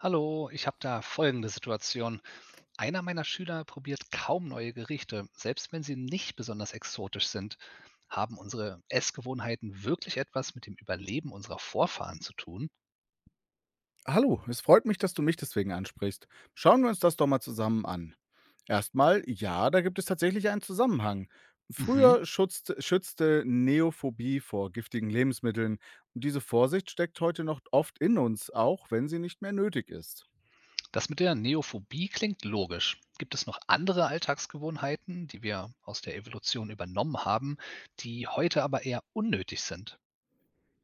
Hallo, ich habe da folgende Situation. Einer meiner Schüler probiert kaum neue Gerichte, selbst wenn sie nicht besonders exotisch sind. Haben unsere Essgewohnheiten wirklich etwas mit dem Überleben unserer Vorfahren zu tun? Hallo, es freut mich, dass du mich deswegen ansprichst. Schauen wir uns das doch mal zusammen an. Erstmal, ja, da gibt es tatsächlich einen Zusammenhang. Mhm. Früher schützte Neophobie vor giftigen Lebensmitteln und diese Vorsicht steckt heute noch oft in uns, auch wenn sie nicht mehr nötig ist. Das mit der Neophobie klingt logisch. Gibt es noch andere Alltagsgewohnheiten, die wir aus der Evolution übernommen haben, die heute aber eher unnötig sind?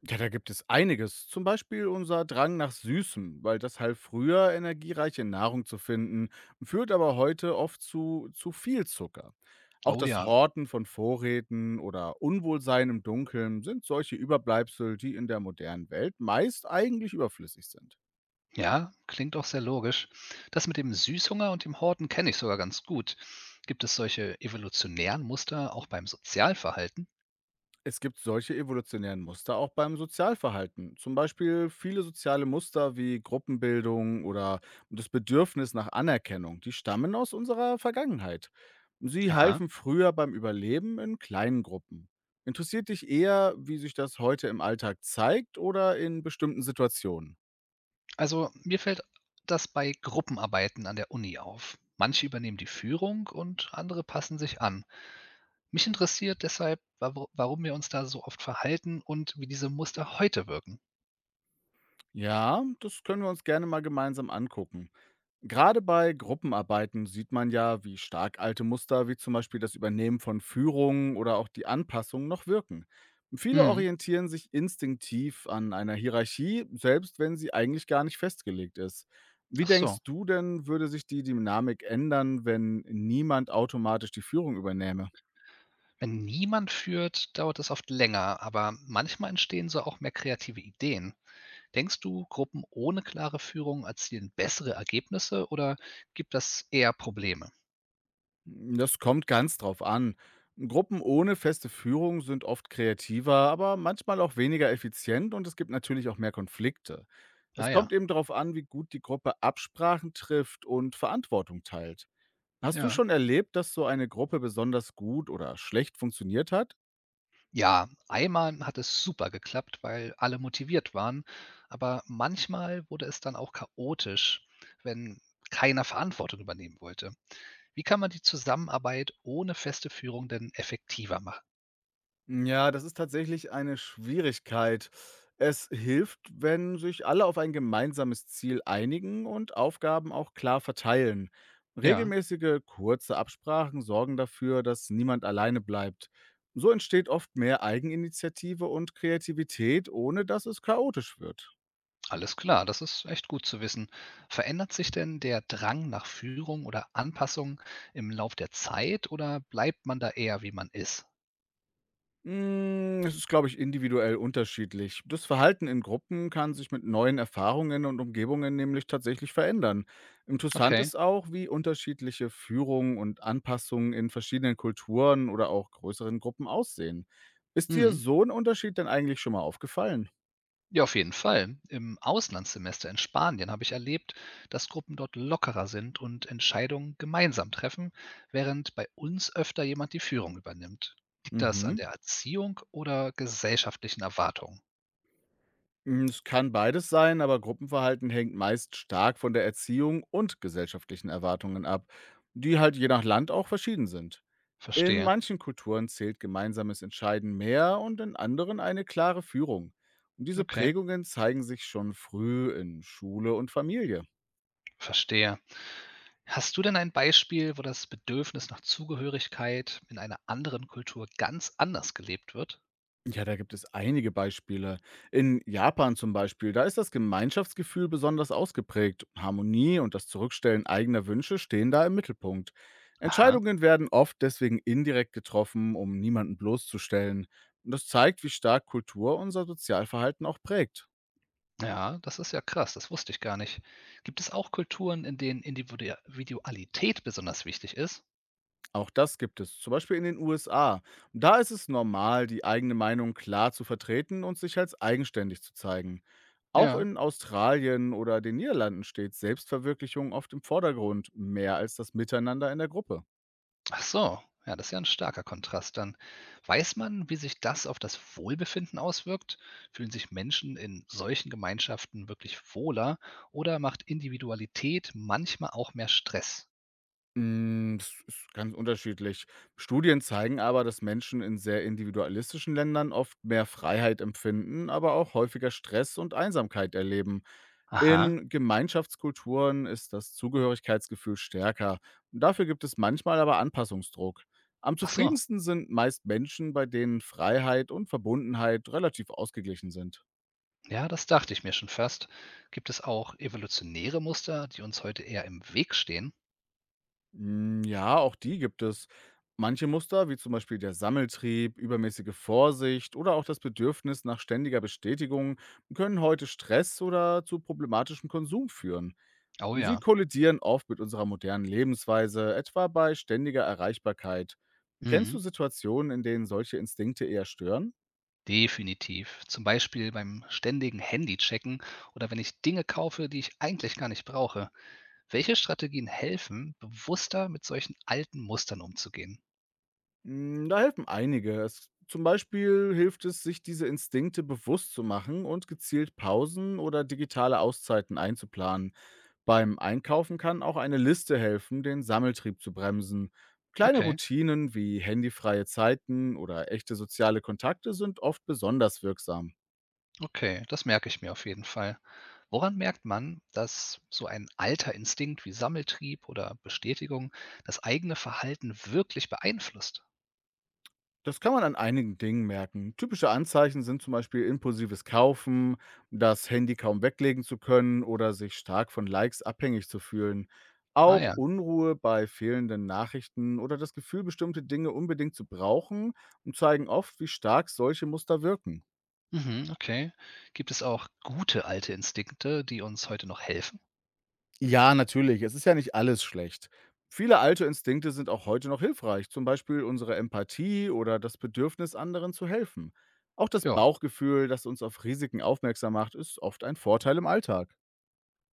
Ja, da gibt es einiges. Zum Beispiel unser Drang nach Süßem, weil das half früher, energiereiche Nahrung zu finden, führt aber heute oft zu viel Zucker. Auch Oh das ja. Horten von Vorräten oder Unwohlsein im Dunkeln sind solche Überbleibsel, die in der modernen Welt meist eigentlich überflüssig sind. Ja, klingt auch sehr logisch. Das mit dem Süßhunger und dem Horten kenne ich sogar ganz gut. Gibt es solche evolutionären Muster auch beim Sozialverhalten? Es gibt solche evolutionären Muster auch beim Sozialverhalten. Zum Beispiel viele soziale Muster wie Gruppenbildung oder das Bedürfnis nach Anerkennung, die stammen aus unserer Vergangenheit. Sie Aha. halfen früher beim Überleben in kleinen Gruppen. Interessiert dich eher, wie sich das heute im Alltag zeigt oder in bestimmten Situationen? Also mir fällt das bei Gruppenarbeiten an der Uni auf. Manche übernehmen die Führung und andere passen sich an. Mich interessiert deshalb, warum wir uns da so oft verhalten und wie diese Muster heute wirken. Ja, das können wir uns gerne mal gemeinsam angucken. Gerade bei Gruppenarbeiten sieht man ja, wie stark alte Muster wie zum Beispiel das Übernehmen von Führung oder auch die Anpassung noch wirken. Viele Hm, orientieren sich instinktiv an einer Hierarchie, selbst wenn sie eigentlich gar nicht festgelegt ist. Wie ach so. denkst du denn, würde sich die Dynamik ändern, wenn niemand automatisch die Führung übernähme? Wenn niemand führt, dauert es oft länger, aber manchmal entstehen so auch mehr kreative Ideen. Denkst du, Gruppen ohne klare Führung erzielen bessere Ergebnisse oder gibt das eher Probleme? Hm, das kommt ganz drauf an. Gruppen ohne feste Führung sind oft kreativer, aber manchmal auch weniger effizient und es gibt natürlich auch mehr Konflikte. Es Ah ja, kommt eben darauf an, wie gut die Gruppe Absprachen trifft und Verantwortung teilt. Hast du ja. schon erlebt, dass so eine Gruppe besonders gut oder schlecht funktioniert hat? Ja, einmal hat es super geklappt, weil alle motiviert waren, aber manchmal wurde es dann auch chaotisch, wenn keiner Verantwortung übernehmen wollte. Wie kann man die Zusammenarbeit ohne feste Führung denn effektiver machen? Ja, das ist tatsächlich eine Schwierigkeit. Es hilft, wenn sich alle auf ein gemeinsames Ziel einigen und Aufgaben auch klar verteilen. Ja. Regelmäßige, kurze Absprachen sorgen dafür, dass niemand alleine bleibt. So entsteht oft mehr Eigeninitiative und Kreativität, ohne dass es chaotisch wird. Alles klar, das ist echt gut zu wissen. Verändert sich denn der Drang nach Führung oder Anpassung im Lauf der Zeit oder bleibt man da eher, wie man ist? Hm, es ist, glaube ich, individuell unterschiedlich. Das Verhalten in Gruppen kann sich mit neuen Erfahrungen und Umgebungen nämlich tatsächlich verändern. Interessant Okay. ist auch, wie unterschiedliche Führung und Anpassungen in verschiedenen Kulturen oder auch größeren Gruppen aussehen. Ist dir Mhm. so ein Unterschied denn eigentlich schon mal aufgefallen? Ja, auf jeden Fall. Im Auslandssemester in Spanien habe ich erlebt, dass Gruppen dort lockerer sind und Entscheidungen gemeinsam treffen, während bei uns öfter jemand die Führung übernimmt. Liegt das an Mhm. der Erziehung oder gesellschaftlichen Erwartungen? Hm, es kann beides sein, aber Gruppenverhalten hängt meist stark von der Erziehung und gesellschaftlichen Erwartungen ab, die halt je nach Land auch verschieden sind. In Verstehe. manchen Kulturen zählt gemeinsames Entscheiden mehr und in anderen eine klare Führung. Und diese Okay. Prägungen zeigen sich schon früh in Schule und Familie. Verstehe. Hast du denn ein Beispiel, wo das Bedürfnis nach Zugehörigkeit in einer anderen Kultur ganz anders gelebt wird? Ja, da gibt es einige Beispiele. In Japan zum Beispiel, da ist das Gemeinschaftsgefühl besonders ausgeprägt. Harmonie und das Zurückstellen eigener Wünsche stehen da im Mittelpunkt. Aha, Entscheidungen werden oft deswegen indirekt getroffen, um niemanden bloßzustellen. Und das zeigt, wie stark Kultur unser Sozialverhalten auch prägt. ja, das ist ja krass, das wusste ich gar nicht. Gibt es auch Kulturen, in denen Individualität besonders wichtig ist? Auch das gibt es, zum Beispiel in den USA. Da ist es normal, die eigene Meinung klar zu vertreten und sich als eigenständig zu zeigen. Auch Ja. in Australien oder den Niederlanden steht Selbstverwirklichung oft im Vordergrund, mehr als das Miteinander in der Gruppe. Ach so, ja, das ist ja ein starker Kontrast dann. Weiß man, wie sich das auf das Wohlbefinden auswirkt? Fühlen sich Menschen in solchen Gemeinschaften wirklich wohler oder macht Individualität manchmal auch mehr Stress? Mm, das ist ganz unterschiedlich. Studien zeigen aber, dass Menschen in sehr individualistischen Ländern oft mehr Freiheit empfinden, aber auch häufiger Stress und Einsamkeit erleben. Aha, In Gemeinschaftskulturen ist das Zugehörigkeitsgefühl stärker. Dafür gibt es manchmal aber Anpassungsdruck. Am ach so. zufriedensten sind meist Menschen, bei denen Freiheit und Verbundenheit relativ ausgeglichen sind. Ja, das dachte ich mir schon fast. Gibt es auch evolutionäre Muster, die uns heute eher im Weg stehen? Mm, ja, auch die gibt es. Manche Muster, wie zum Beispiel der Sammeltrieb, übermäßige Vorsicht oder auch das Bedürfnis nach ständiger Bestätigung, können heute Stress oder zu problematischem Konsum führen. Oh Sie ja. kollidieren oft mit unserer modernen Lebensweise, etwa bei ständiger Erreichbarkeit. Kennst Mhm. du Situationen, in denen solche Instinkte eher stören? Definitiv. Zum Beispiel beim ständigen Handychecken oder wenn ich Dinge kaufe, die ich eigentlich gar nicht brauche. Welche Strategien helfen, bewusster mit solchen alten Mustern umzugehen? Mm, da helfen einige. Zum Beispiel hilft es, sich diese Instinkte bewusst zu machen und gezielt Pausen oder digitale Auszeiten einzuplanen. Beim Einkaufen kann auch eine Liste helfen, den Sammeltrieb zu bremsen. Kleine Okay, Routinen wie handyfreie Zeiten oder echte soziale Kontakte sind oft besonders wirksam. okay, das merke ich mir auf jeden Fall. Woran merkt man, dass so ein alter Instinkt wie Sammeltrieb oder Bestätigung das eigene Verhalten wirklich beeinflusst? Das kann man an einigen Dingen merken. Typische Anzeichen sind zum Beispiel impulsives Kaufen, das Handy kaum weglegen zu können oder sich stark von Likes abhängig zu fühlen. Ah Auch ja. Unruhe bei fehlenden Nachrichten oder das Gefühl, bestimmte Dinge unbedingt zu brauchen, zeigen oft, wie stark solche Muster wirken. Mhm, okay. Gibt es auch gute alte Instinkte, die uns heute noch helfen? Ja, natürlich. Es ist ja nicht alles schlecht. Viele alte Instinkte sind auch heute noch hilfreich, zum Beispiel unsere Empathie oder das Bedürfnis, anderen zu helfen. Auch das Ja. Bauchgefühl, das uns auf Risiken aufmerksam macht, ist oft ein Vorteil im Alltag.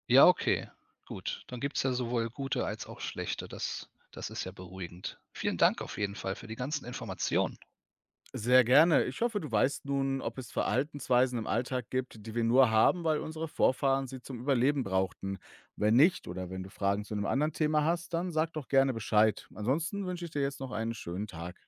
Ja, okay. Gut. Dann gibt es ja sowohl gute als auch schlechte. Das ist ja beruhigend. Vielen Dank auf jeden Fall für die ganzen Informationen. Sehr gerne. Ich hoffe, du weißt nun, ob es Verhaltensweisen im Alltag gibt, die wir nur haben, weil unsere Vorfahren sie zum Überleben brauchten. Wenn nicht oder wenn du Fragen zu einem anderen Thema hast, dann sag doch gerne Bescheid. Ansonsten wünsche ich dir jetzt noch einen schönen Tag.